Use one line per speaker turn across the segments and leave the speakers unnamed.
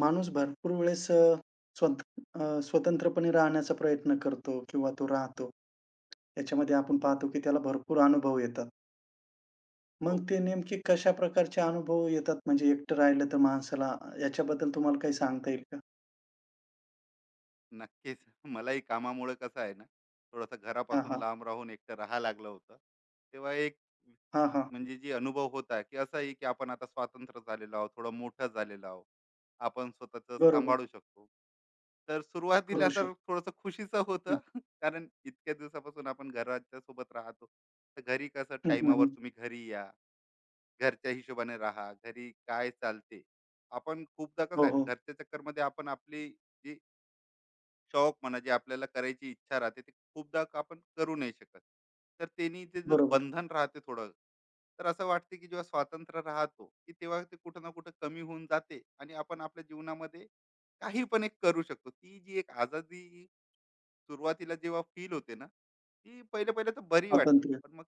माणूस भरपूर वेळेस स्वत स्वतंत्रपणे राहण्याचा प्रयत्न करतो किंवा तो राहतो. याच्यामध्ये आपण पाहतो,
बरोबर.
की त्याला भरपूर अनुभव येतात. मग
हो,
ते नेमके कशा प्रकारचे अनुभव येतात? म्हणजे एकटं राहिलं तर माणसाला याच्याबद्दल तुम्हाला काही सांगता येईल का?
नक्कीच. मलाही कामामुळे कसं आहे ना, थोडंसं
हां,
घरापासून
हां.
लांब राहून एकटं राहायला लागलं होतं. तेव्हा एक
हां, हां.
म्हणजे जी अनुभव होता, की असा आहे की आपण आता स्वातंत्र्य झालेलो आहोत, थोडं मोठं झालेलो आहोत. आपण स्वतःचं
बरोबर.
सांभाळू शकतो. तर
करू
सुरुवातीला तर
शकतो.
थोडंसं खुशीचं
हं.
होतं, कारण इतक्या दिवसापासून आपण घराच्या सोबत राहतो. तर घरी कसं
हं, हं,
टाईमावर
हं.
तुम्ही घरी या, घरच्या हिशोबाने राहा, घरी काय चालते. आपण खूपदा कसं
हो,
आहे ना,
हो.
घरच्या चक्करमध्ये आपण आपली जी शौक म्हणा जे आपल्याला करायची इच्छा राहते ते खूपदा आपण करू नाही शकत तर त्यांनी ते जे
बरोबर.
बंधन राहते थोडं. तर असं वाटते की जेव्हा स्वातंत्र्य राहतो की तेव्हा ते कुठं ना कुठं कमी होऊन जाते आणि आपण आपल्या जीवनामध्ये काही पण एक करू शकतो ती जी एक आजादी सुरुवातीला जेव्हा फील होते ना ती पहिले पहिले तर बरी वाटते
स्वातंत्र्य.
पण मग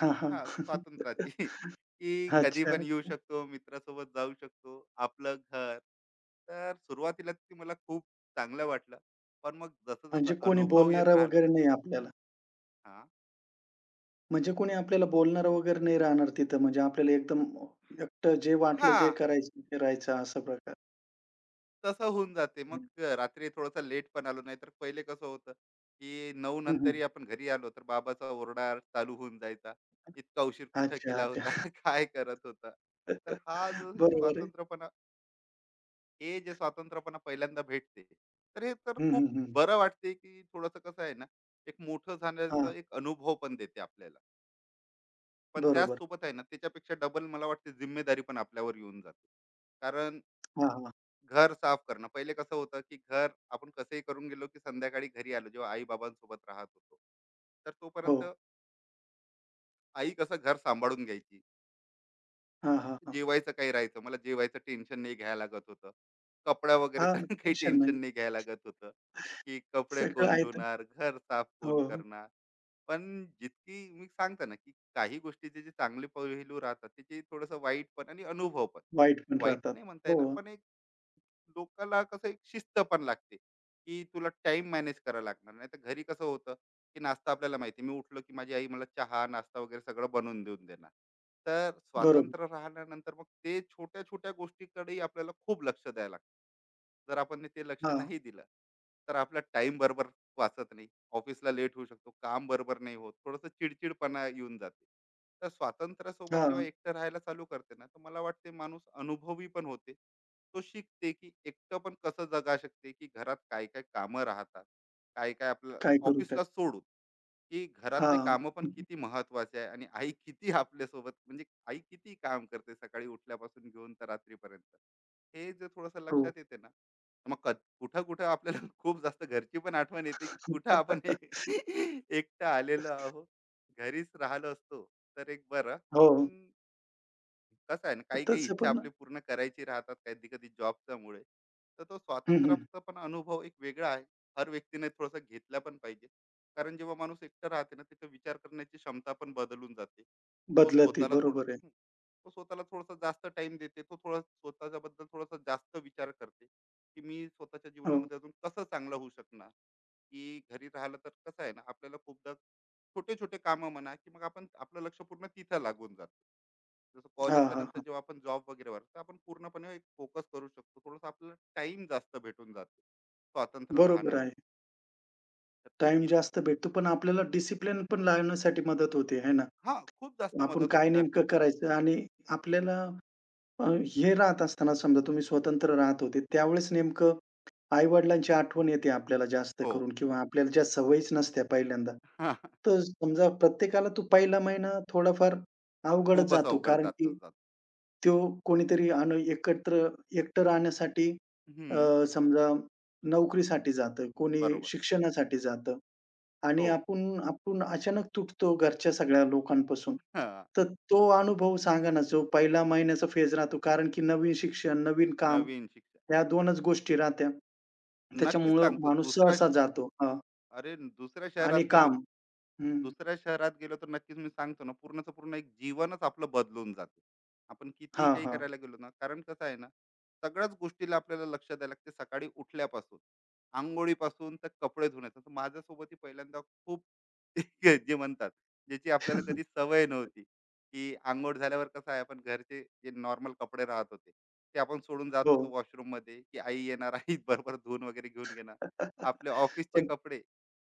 हां, हां.
हां, स्वातंत्र्याची की कधी
अच्छा.
पण येऊ शकतो, मित्रासोबत जाऊ शकतो, आपलं घर. तर सुरुवातीला ते मला खूप चांगलं वाटलं. पण मग जसं-जसा
म्हणजे कोणी
अनुभव येत
बोलणारं
राहिला
वगैरे नाही आपल्याला.
हां,
म्हणजे कोणी आपल्याला बोलणारं वगैरे नाही राहणार तिथं. म्हणजे आपल्याला एकदम एकटं जे वाटलं जे
हां,
करायचं ते करायचं असा प्रकार.
तसं होऊन जाते. मग
हं.
रात्री थोडासा लेट पण आलो, नाहीतर पहिले कसं होतं, की 9
हं, हं.
नंतरही आपण घरी आलो, तर बाबाचा ओरडा चालू होऊन जायचा. इतका उशीर कुठं
अच्छा,
केला होता?
अच्छा.
काय करत होता? तर हा जो
बरोबर आहे.
स्वातंत्र्यपणा, हे जे स्वातंत्र्यपणा पहिल्यांदा भेटते, तर हे तर
हं, हं,
खूप
हं.
बरं वाटते, की थोडंसं कसं आहे ना, एक मोठं झाल्याचा
हां,
एक अनुभव पण देते आपल्याला. पण
बरोबर.
त्याचसोबत आहे ना, त्याच्यापेक्षा डबल मला वाटते जिम्मेदारी पण आपल्यावर येऊन जाते. कारण
हां, हां.
घर साफ करणं, पहिले कसं होतं, की घर आपण कसंही करून गेलो, की संध्याकाळी घरी आलो, जेव्हा आई-बाबांसोबत राहत होतो, तर
हो.
तोपर्यंत आई कसं घर सांभाळून घ्यायची.
हां, हां, हां.
जेवायचं काही राहायचं मला जेवायचं टेन्शन नाही घ्यायला लागत होतं. कपडा
हां,
वगैरेचं काही
टेन्शन नाही.
टेन्शन नाही घ्यायला लागत होतं, की कपडे
सगळं
कोण
आहे तर
धुणार, घर साफ कोण
हो,
करणार. पण जितकी मी सांगता ना, की काही गोष्टीचे जे चांगले पैलू राहतात त्याचे थोडंसं वाईट पण आणि अनुभव पण.
वाईट पण
वाईट
राहतात.
नाही म्हणता
हो,
येणार पण एक लोकाला कसं एक शिस्त पण लागते की तुला टाइम मॅनेज करायला लागणार, नाही तर घरी कसं होतं की नाश्ता आपल्याला माहिती मी उठलो की माझी आई मला चहा नाश्ता वगैरे सगळं बनवून देऊन देणार. तर
बरोबर.
स्वातंत्र्य राहिल्यानंतर मग ते छोट्या छोट्या गोष्टीकडेही आपल्याला खूप लक्ष द्यायला लागतं. जर आपण ते लक्ष
हां,
नाही दिलं तर आपला टाइम बरोबर वाचत नाही, ऑफिसला लेट होऊ शकतो, काम बरोबर नाही होत, थोडंसं चिडचिडपणा येऊन जाते. तर स्वातंत्र्यासोबत जेव्हा
हां.
एकटं राहायला चालू करते ना तर मला वाटते माणूस अनुभवी पण होते. तो शिकते की एकटं पण कसं जगा शकते, की घरात काय काय कामं राहतात, काय काय आपलं
काय करू तर?
ऑफिसला सोडून, की घरातले
हां.
कामं पण किती महत्वाचे आहे आणि आई किती आपल्यासोबत, म्हणजे आई किती काम करते सकाळी उठल्यापासून घेऊन तर रात्रीपर्यंत. हे जे थोडंसं
हो.
लक्षात येते ना, तर मग कुठं कुठं आपल्याला खूप जास्त घरची पण आठवण येते की कुठं आपण एकटं आलेलो आहोत, घरीच राहिलो असतो तर एक बरं.
हो.
पण कसं आहे ना, काही काही
तसं
इच्छा
पण
आपली पूर्ण करायची राहतात कधी कधी जॉबच्या मुळे. तर तो
हं, हं.
स्वातंत्र्याचा पण अनुभव एक वेगळा आहे, हर व्यक्तीने थोडासा घेतला पण पाहिजे. कारण जेव्हा माणूस एकटा राहते ना तिथं विचार करण्याची क्षमता पण बदलून जाते. तो
बदलती
स्वतःला थोडं
बरोबर आहे.
तो स्वतःला थोडासा जास्त टाइम देते, तो थोडा स्वतःच्या बद्दल थोडासा जास्त विचार करते की मी स्वतःच्या
हो.
जीवनामध्ये अजून कसं चांगलं होऊ शकणार. की घरी राहिलं तर कसं आहे ना आपल्याला खूपदा छोटे छोटे कामं म्हणा की मग आपण आपलं लक्ष पूर्ण तिथं लागून जातं. जसं
हां,
कॉलेजच्या
हां,
नंतर
हां.
जेव्हा आपण जॉब वगैरे वर तर आपण पूर्णपणे एक फोकस करू शकतो, थोडंसं आपल्याला टाइम जास्त भेटून जातो स्वातंत्र्य
बरोबर आहे.
राहण्यामध्ये. तर ते
टाईम
जित
जास्त भेटतो, पण आपल्याला डिसिप्लिन पण लावण्यासाठी मदत होते, आहे ना?
हा खूप जास्त
आपण
मदत होते
काय
कारण
नेमकं करायचं आणि आपल्याला अ, हे राहत असताना समजा तुम्ही स्वतंत्र राहत होते, त्यावेळेस नेमकं आई-वडिलांची आठवण येते आपल्याला जास्त
हो.
करून किंवा आपल्याला ज्या सवयीच नसत्या पहिल्यांदा. तर समजा प्रत्येकाला तो पहिला महिना थोडाफार अवघडच
खूपच
जातो,
अवघड
कारण की
जातच जात.
तो कोणीतरी अन एकत्र एकटं राहण्यासाठी
हम्म.
समजा नोकरीसाठी जातं, कोणी
बरोबर.
शिक्षणासाठी जातं. आणि
हो.
आपण आपण अचानक तुटतो घरच्या सगळ्या लोकांपासून.
हा,
तर तो अनुभव सांगा ना, जो पहिला महिन्याचा फेज राहतो. कारण की नवीन शिक्षण, नवीन काम
नवीन शिक्षा.
ह्या 2च गोष्टी राहत्या.
नक्कीच
त्याच्यामुळं
सांगतो.
माणूस सहसा जातो. हां.
अरे दुसऱ्या शहरात
आणि
गेलो
काम. हं.
दुसऱ्या शहरात गेलो तर नक्कीच मी सांगतो ना, पूर्णचं पूर्ण एक जीवनच आपलं बदलून जाते. आपण कितीही
हां,
काही
हां.
करायला गेलो ना, कारण कसं आहे ना, सगळ्याच गोष्टीला आपल्याला लक्ष द्यायला लागते सकाळी उठल्यापासून, अंघोळीपासून तर कपडे धुण्याचं. तर माझ्यासोबतही पहिल्यांदा खूप जे म्हणतात, ज्याची आपल्याला कधी सवय नव्हती, की अंघोळ झाल्यावर कसं आहे आपण घरचे जे नॉर्मल कपडे राहत होते, ते आपण सोडून जात होतो
हो.
वॉशरूममध्ये, की आई येणार, आई बरोबर धुवून वगैरे घेऊन घेणार. आपले ऑफिसचे
पण
कपडे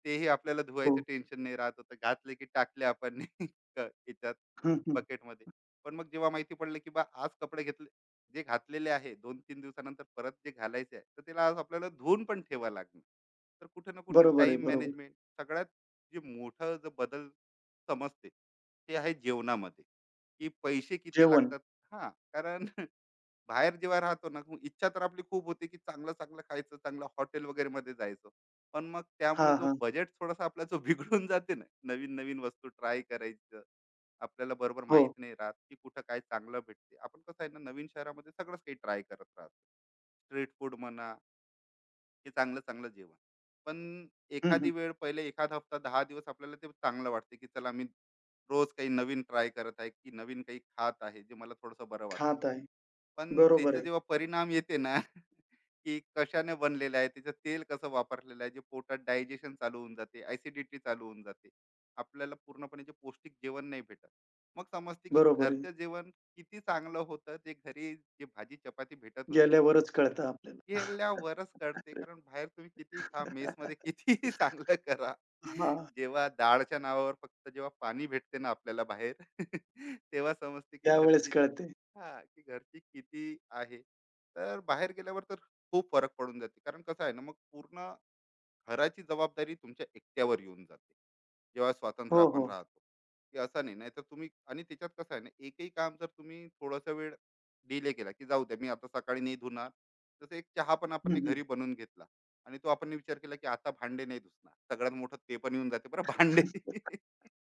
तेही आपल्याला धुवायचं
हो.
टेन्शन नाही राहत होतं. घातले की टाकले आपण क- याच्यात
हं, हं.
बकेटमध्ये. पण मग जेव्हा माहिती पडलं की बा आज कपडे घेतले, जे घातलेले आहे दोन 3 दिवसानंतर परत जे घालायचे आहे, तर त्याला आज आपल्याला धुवून पण ठेवा लागणार. तर कुठे ना कुठे
बरोबर आहे,
टाईम
बरोबर.
मॅनेजमेंट. सगळ्यात जे मोठं जो बदल समजते, ते आहे जेवणामध्ये, की पैसे किती
जेवण.
लागतात. हां, कारण बाहेर जेव्हा राहतो ना मग इच्छा तर आपली खूप होते की चांगलं चांगलं खायचं, चांगलं हॉटेल वगैरे मध्ये जायचं. पण मग त्यामुळे
हां,
जो
हां.
बजेट थोडासा आपला जो बिघडून जाते ना, नवीन नवीन वस्तू ट्राय करायचं, आपल्याला बरोबर
हो.
माहित नाही राहत की कुठं काय चांगलं भेटते. आपण कसं आहे ना नवीन शहरामध्ये सगळंच काही ट्राय करत राहतो. स्ट्रीट फूड म्हणा की चांगलं चांगलं जेवण. पण
हं, हं.
एखादी वेळ पहिले एखादा हफ्ता 10 दिवस आपल्याला ते चांगलं वाटते की चला मी रोज काही नवीन ट्राय करत आहे, की नवीन काही खात आहे जे मला थोडंसं बरं वाटत आहे.
खात आहे.
पण
बरोबर
त्याचा
आहे,
जेव्हा परिणाम येते ना की कशाने बनलेलं आहे, त्याचं तेल कसं वापरलेलं आहे, जे पोटात डायजेशन चालू होऊन जाते, ऍसिडिटी चालू होऊन जाते, आपल्याला पूर्णपणे जे पौष्टिक जेवण नाही भेटत. मग समजते की
बरोबर आहे.
घरचं जेवण किती चांगलं होतं, ते घरी जे भाजी चपाती भेटत होती.
गेल्यावरच कळतं आपल्याला.
हेल्यावरच कळते कारण बाहेर तुम्ही किती खा, मेसमध्ये कितीही चांगलं करा,
हां,
जेव्हा डाळच्या नावावर फक्त जेव्हा पाणी भेटते ना आपल्याला बाहेर तेव्हा समजते की
त्यावेळेस
घरची.
कळते.
हा की घरची किती आहे. तर बाहेर गेल्यावर तर खूप फरक पडून जाते, कारण कसं आहे ना मग पूर्ण घराची जबाबदारी तुमच्या एकट्यावर येऊन जाते जेव्हा स्वातंत्र्य
हो,
आपण
हो.
राहतो. की असं नाही नाही तर तुम्ही, आणि त्याच्यात कसं आहे ना एकही काम जर तुम्ही थोडासा वेळ डिले केला, की जाऊ द्या मी आता सकाळी नाही धुणार. जसं एक चहा पण आपण
हं, हं.
घरी बनवून घेतला आणि तो आपण विचार केला की आता भांडे नाही धुसणार, सगळ्यात मोठं ते पण येऊन जाते बरं भांडे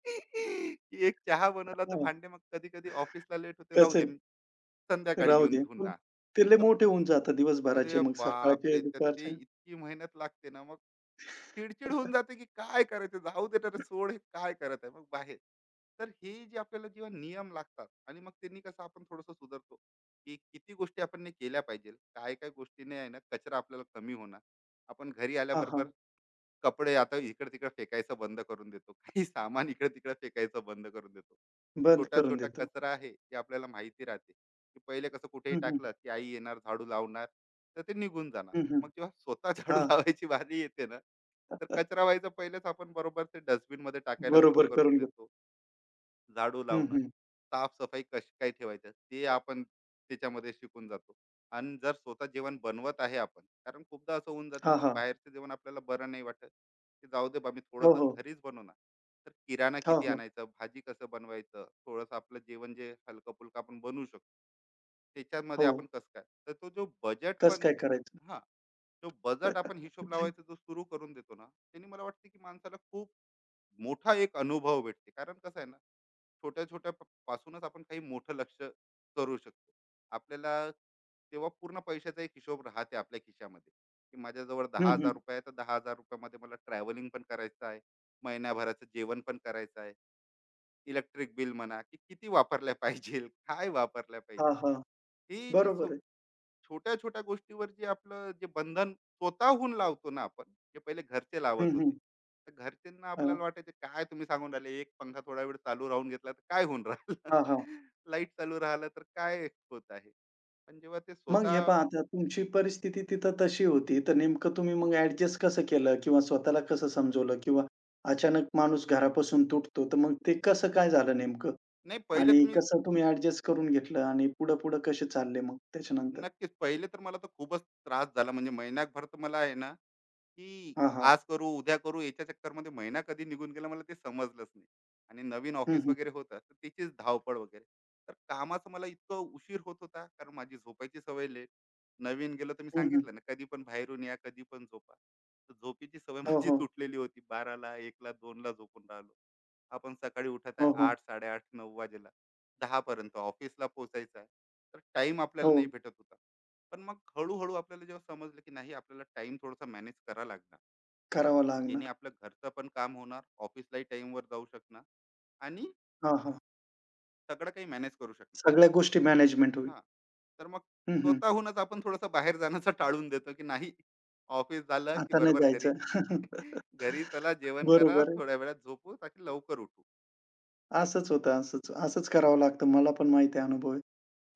की एक चहा बनवला तर
हां,
भांडे मग कधी कधी ऑफिसला लेट होते, राहू
कसं
द्या
आहे
संध्याकाळी
राहू
येऊन
दे. पण
धुणार.
ते लय
तर
मोठे होऊन जातात दिवसभराचे
अरे
मग सकाळचे,
बापरे, तर ते
दुपारचे.
इतकी मेहनत लागते ना मग, चिडचिड होऊन जाते की काय करायचं, जाऊ दे तर सोड, हे काय करत आहे मग बाहेर. तर हे जे आपल्याला जेव्हा नियम लागतात आणि मग त्यांनी कसं आपण थोडस सुधारतो, की किती गोष्टी आपण ने केल्या पाहिजे, काय काय गोष्टीने आहे ना कचरा आपल्याला कमी होणार. आपण घरी
हां, हां.
आल्याबरोबर कपडे आता इकडे-तिकडे फेकायचं बंद करून देतो. काही सामान इकडे-तिकडे फेकायचं बंद करून देतो.
बंद करून
छोटा-छोटा
देतो.
कचरा आहे, ते आपल्याला माहिती राहते, की पहिले कसं कुठेही
हं, हं.
टाकलं, की आई येणार, झाडू लावणार, तर ते निघून जाणार.
हं, हं.
मग जेव्हा स्वतः झाडू
हां.
लावायची बारी येते ना, तर कचरा व्हायचा पहिलेच आपण बरोबर ते डस्टबिनमध्ये टाकायला सुरू
बरोबर
करून
करून घेतो.
देतो. झाडू
हं,
लावणं,
हं.
साफसफाई कशी काय ठेवायचं ते आपण त्याच्यामध्ये शिकून जातो. आणि जर स्वतः जेवण बनवत आहे आपण, कारण खूपदा असं होऊन जाते
हां,
मग
हां.
बाहेरचं जेवण आपल्याला बरं नाही वाटत, की जाऊ दे बा मी
हो,
थोडंसं
हो.
घरीच बनवणार. तर किराणा
हो,
किती
हो.
आणायचं, भाजी कसं बनवायचं, थोडंसं आपलं जेवण जे हलकं-फुलकं आपण बनवू शकतो. त्याच्यामध्ये
हो.
आपण कसं काय? तर तो जो बजेट
कसं
पण
काय करायचं?
हां, जो बजेट आपण हिशोब लावायचा जो सुरू करून देतो ना, त्याने मला वाटते की माणसाला खूप मोठा एक अनुभव भेटते. कारण कसं आहे ना छोट्या छोट्या पासूनच आपण काही मोठं लक्ष करू शकतो आपल्याला, तेव्हा पूर्ण पैशाचा एक हिशोब राहते आपल्या खिशामध्ये, की माझ्याजवळ
हं,
दहा हजार
हं.
रुपये आहे तर 10,000 रुपयामध्ये मला ट्रॅव्हलिंग पण करायचं आहे, महिन्याभराचं जेवण पण करायचं आहे, इलेक्ट्रिक बिल म्हणा की किती वापरल्या पाहिजे काय वापरल्या
हां,
पाहिजे.
हां.
ही जी
बरोबर आहे.
छोट्या छोट्या गोष्टीवर जे आपलं जे बंधन स्वतःहून लावतो ना आपण, जे पहिले घरचे लावत
हं, हं.
होते, तर घरच्यांना
हां.
आपल्याला वाटायचं काय तुम्ही सांगून राहिले, एक पंखा थोडा वेळ चालू राहून घेतला तर काय होऊन राहिलं
हां, हां.
लाईट चालू राहिलं तर काय होत आहे. पण जेव्हा ते
मग हे
स्वतः
पहा आता तुमची परिस्थिती तिथं तशी होती, तर नेमकं तुम्ही मग ॲडजस्ट कसं केलं? किंवा स्वतःला कसं समजवलं? किंवा अचानक माणूस घरापासून तुटतो, तर मग ते कसं काय झालं नेमकं?
नाही पहिले
आणि
तुम्ही.
कसं तुम्ही ॲडजस्ट करून घेतलं आणि पुढं-पुढं कसे चालले मग त्याच्यानंतर?
नक्कीच. पहिले तर मला तर खूपच त्रास झाला. म्हणजे महिनाभर तर मला आहे ना, की
हां, हां.
आज करू, उद्या करू, याच्या चक्करमध्ये महिना कधी निघून गेला मला ते समजलंच नाही. आणि नवीन
हं,
ऑफिस
हं.
वगैरे होतं, तर तिचीच धावपळ वगैरे. तर कामाचं मला इतकं उशीर होत होता, कारण माझी झोपायची सवय लेट. नवीन गेलो तर मी
हं, हं.
सांगितलं ना, कधी पण बाहेरून या, कधी पण झोपा. तर झोपेची सवय
हो,
माझी
हो.
तुटलेली होती. 12ला, 1ला, 2ला झोपून राहिलो. आपण सकाळी उठत आहे
हो, हो.
8, 8:30, 9 वाजेला. 10 ऑफिसला पोहोचायचं. तर टाइम आपल्याला
हो.
नाही भेटत होता. पण मग हळूहळू आपल्याला जेव्हा समजलं की नाही, आपल्याला टाइम थोडासा मॅनेज करा लागणार,
करावं लागणार.
जेणे आपलं घरचं पण काम होणार, ऑफिसलाही टाइमवर जाऊ शकणार, आणि
हां, हां.
सगळं काही मॅनेज करू शकणार.
सगळ्या गोष्टी मॅनेजमेंट होईल.
हां, तर मग
हं, हं.
स्वतःहूनच आपण थोडंसं बाहेर जाण्याचं टाळून देतो की नाही, ऑफिस झालं की
आता नाही
बरोबर घरी.
जायचं.
घरी चला, जेवण करा,
बरोबर आहे.
थोड्या वेळात झोपू ताकी लवकर उठू.
असंच होतं, असंच असंच करावं लागतं. मला पण माहिती आहे, अनुभव आहे.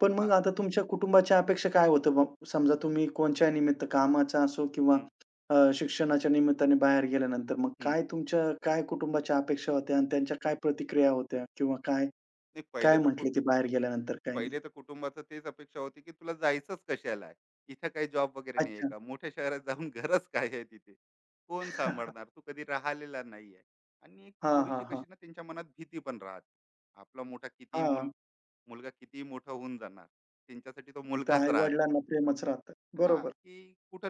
पण मग
हा.
आता तुमच्या कुटुंबाच्या अपेक्षा काय होतं मग? समजा तुम्ही कोणच्या निमित्त कामाचा असो किंवा
हम्म,
शिक्षणाच्या निमित्ताने बाहेर गेल्यानंतर मग
हम्म.
काय तुमच्या काय कुटुंबाच्या अपेक्षा होत्या आणि त्यांच्या काय प्रतिक्रिया होत्या किंवा काय
नाही
काय
पहिले तर
म्हटले
कुठ
ते बाहेर गेल्यानंतर काय नाही?
पहिले तर कुटुंबाचं तेच अपेक्षा होती की तुला जायचंच कशाला आहे. इथं काही जॉब वगैरे नाही आहे
अच्छा.
का? मोठ्या शहरात जाऊन गरज काय आहे तिथे? कोण सांभाळणार? तू कधी राहिलेला नाही आहे. आणि एक
हां, हां,
थोडीशी
हां.
कशी ना त्यांच्या मनात भीती पण राहते. आपला मोठा कितीही मुल
हां.
मुलगा कितीही मोठा होऊन जाणार, त्यांच्यासाठी तो
तर
मुलगाच राहते.
आई-वडिलांना प्रेमच राहतं.
हां,
बरोबर.
की कुठं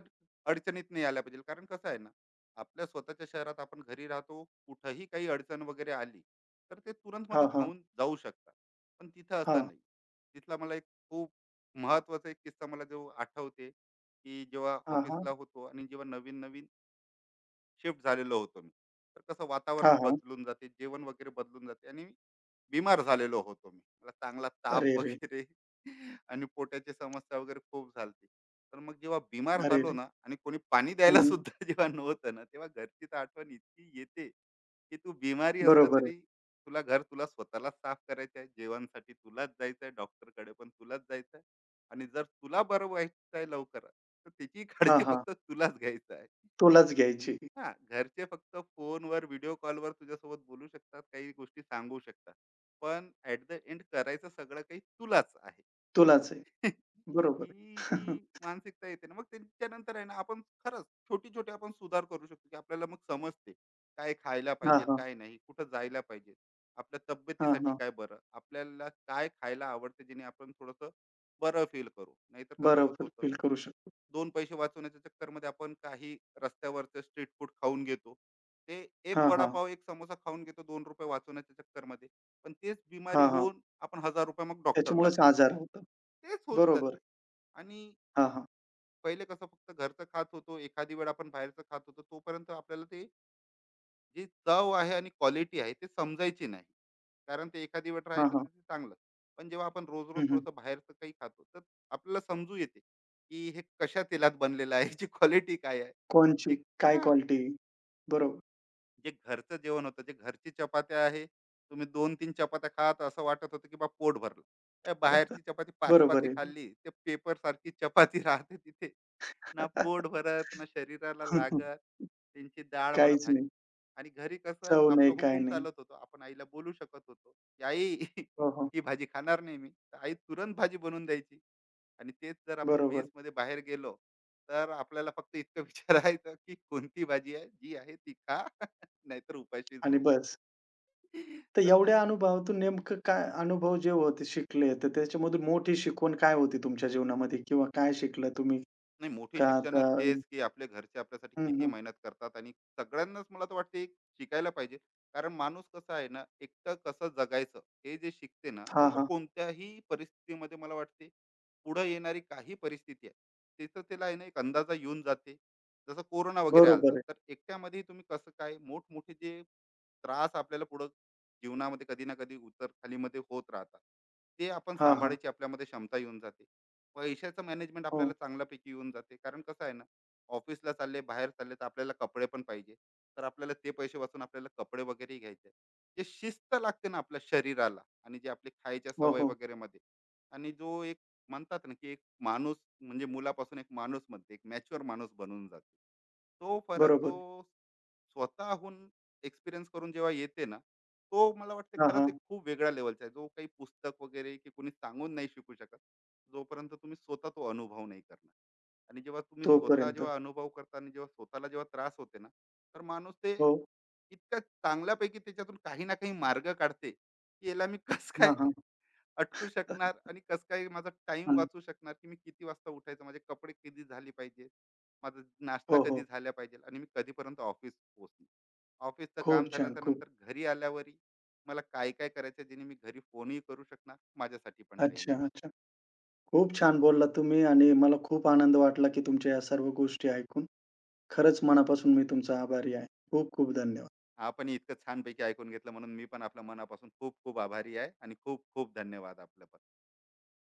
अडचणीत नाही आल्या पाहिजे. कारण कसं आहे ना, आपल्या स्वतःच्या शहरात आपण घरी राहतो. कुठंही काही अडचण वगैरे आली, तर ते
हां,
तुरंतमध्ये
हां.
धावून जाऊ शकतात. पण तिथं
हां.
असं नाही. तिथला मला एक खूप महत्त्वाचा एक किस्सा मला जो आठवते, की जेव्हा
हां, हां.
ऑफिसला होतो आणि जेव्हा नवीन-नवीन शिफ्ट झालेलो होतो मी, तर कसं
हां,
वातावरण
हां.
बदलून जाते, जेवण वगैरे बदलून जाते. आणि बिमार झालेलो होतो मी, मला चांगला ताप
अरेरे!
वगैरे आणि पोटाची समस्या वगैरे खूप झालती. तर मग जेव्हा बिमार झालो
अरेरे!
ना आणि कोणी पाणी
हं,
द्यायला
हं.
सुद्धा जेव्हा नव्हतं ना, तेव्हा घरची तर आठवण इतकी येते की तू बिमारी असला
बरोबर आहे.
तरी तुला घर तुला स्वतःलाच साफ करायचं आहे, जेवणसाठी तुलाच जायचं आहे, डॉक्टरकडे पण तुलाच जायचं आहे. आणि जर तुला बरं व्हायचं आहे लवकर, तर त्याची
हां,
काळजी
हां.
फक्त तुलाच घ्यायचं आहे.
तुलाच घ्यायची.
हा, घरचे फक्त फोनवर व्हिडिओ कॉलवर तुझ्यासोबत बोलू शकतात, काही गोष्टी सांगू शकतात. पण ऍट द एंड करायचं सगळं काही तुलाच आहे.
तुलाच आहे. बरोबर आहे.
ही जी मानसिकता येते ना मग त्यांच्यानंतर आहे ना, आपण खरंच छोटी छोटी आपण सुधार करू शकतो. की आपल्याला मग समजते काय खायला
हां,
पाहिजे,
हां.
काय नाही, कुठं जायला पाहिजे, आपल्या
हां,
तब्येतीसाठी
हां.
काय बरं, आपल्याला काय खायला आवडते, जेणे आपण थोडंसं बरं फील करू, नाहीतर कसं होत
बरोबर
होतं.
फील करू शकतो.
दोन पैसे वाचवण्याच्या चक्करमध्ये आपण काही रस्त्यावरचं स्ट्रीट फूड खाऊन घेतो. ते एक
हां, हां.
वडापाव एक समोसा खाऊन घेतो दोन रुपये वाचवण्याच्या चक्करमध्ये. पण तेच बिमारी
हां, हां.
होऊन आपण हजार रुपये मग डॉक्टरला
त्याच्यामुळेच
देतो.
आजार होतात.
तेच होत
बरोबर.
जाते. आणि
हां, हां.
पहिले कसं फक्त घरचं खात होतो, एखादी वेळ आपण बाहेरचं खात होतो, तोपर्यंत आपल्याला ते जी चव आहे आणि क्वालिटी आहे ते समजायची नाही. कारण ते एखादी वेळ
हां,
राहायचं
हां.
तर ते चांगलं. पण जेव्हा आपण रोज रोज
हं, हं.
थोडंसं बाहेरचं काही खातो, तर आपल्याला समजू येते की हे कशा तेलात बनलेलं आहे, याची क्वालिटी काय आहे.
कोणची?
जे
काय
हां
क्वालिटी? बरोबर.
जे घरचं जेवण होतं, जे घरची चपात्या आहे, तुम्ही दोन तीन चपात्या खात असं वाटत होतं की बा पोट भरलं. ए, बाहेरची चपाती पाच पाच
बरोबर
ही
आहे.
खाल्ली, ते पेपर सारखी चपाती राहते तिथे. ना पोट भरत ना शरीराला
हं, हं.
लागत. त्यांची डाळ म्हणा
काहीच
भाजी.
नाही.
आणि घरी कसं
चव
आपलं
नाही, काही
हुकूम
नाही.
चालत होतं, आपण आईला बोलू शकत होतो की आई
हो, हो.
ही भाजी खाणार नाही मी, तर आई तुरंत भाजी बनवून द्यायची. आणि तेच जर आपण मेस
बरोबर
मध्ये बाहेर गेलो, तर आपल्याला फक्त इतकं विचारायचं की कोणती भाजी आहे, जी आहे ती खा, नाहीतर उपाशी
आणि
झोप.
बस. तर
तर
एवढ्या अनुभवातून नेमकं काय अनुभव जे होते शिकले, तर त्याच्यामधून मोठी शिकवण काय होती तुमच्या जीवनामध्ये किंवा काय शिकलं तुम्ही?
नाही, मोठी
का आता
शिक्षणच हेच की आपले घरचे आपल्यासाठी
हं,
किती
हं.
मेहनत करतात. आणि सगळ्यांनाच मला तर वाटते एक शिकायला पाहिजे. कारण माणूस कसा आहे ना, एकटं कसं जगायचं हे जे शिकते ना, तर
हां,
तो
हां.
कोणत्याही परिस्थितीमध्ये, मला वाटते, पुढे येणारी काही परिस्थिती आहे, तिथं त्याला आहे ना एक अंदाजा येऊन जाते. जसं कोरोना वगैरे
बरोबर
आलता,
आहे.
तर एकट्यामध्ये तुम्ही कसं काय मोठमोठे जे त्रास आपल्याला पुढं जीवनामध्ये कधी ना कधी उतर खालीमध्ये होत राहतात, ते आपण
हां, हां.
सांभाळायची आपल्यामध्ये क्षमता येऊन जाते. पैशाचं मॅनेजमेंट
हो.
आपल्याला चांगल्यापैकी येऊन जाते. कारण कसं आहे ना, ऑफिसला चालले बाहेर चालले तर आपल्याला कपडे पण पाहिजे. तर आपल्याला ते पैसे वाचून आपल्याला कपडे वगैरे घ्यायचे. जे शिस्त लागते ना आपल्या शरीराला, आणि जे आपली खायच्या
हो,
सवय
हो.
वगैरे मध्ये. आणि जो एक म्हणतात ना की एक माणूस म्हणजे मुलापासून एक माणूस म्हणते एक मॅच्युअर माणूस बनून जातो. तो फरक
बरोबर.
जो स्वतःहून एक्सपिरियन्स करून जेव्हा येते ना, तो मला वाटते
हां,
खरंच
हां.
एक खूप वेगळ्या लेवलचा आहे, जो काही पुस्तक वगैरे की कोणी सांगून नाही शिकू शकत. जोपर्यंत तुम्ही स्वतः तो अनुभव नाही करणार, आणि जेव्हा तुम्ही स्वतः
तोपर्यंत.
जेव्हा अनुभव करता आणि जेव्हा स्वतःला जेव्हा त्रास होते ना, तर माणूस ते
हो.
इतका चांगल्यापैकी त्याच्यातून काही ना काही मार्ग काढते की याला मी कस
हां,
काय
हां.
अटकू शकणार आणि कसं काय माझा टाइम
आणि
वाचू शकणार. की मी किती वाजता उठायचं, माझे कपडे कधी झाले पाहिजे, माझा नाश्ता
हो, हो.
कधी झाला पाहिजे, आणि मी कधीपर्यंत ऑफिस पोहोचणार. ऑफिसचं काम
खूप छान,
झाल्याच्या
खूप.
नंतर घरी आल्यावरही मला काय काय करायचं, जेणे मी घरी फोनही करू शकणार, माझ्यासाठी पण टाइम
अच्छा,
देऊ
अच्छा.
शकते.
खूप छान बोललात तुम्ही आणि मला खूप आनंद वाटला, की तुमच्या या सर्व गोष्टी ऐकून. खरंच मनापासून मी तुमचा आभारी आहे. खूप खूप धन्यवाद.
आपण इतकं छानपैकी ऐकून घेतलं म्हणून मी पण आपल्या मनापासून खूप खूप आभारी आहे. आणि खूप खूप धन्यवाद आपलं पण.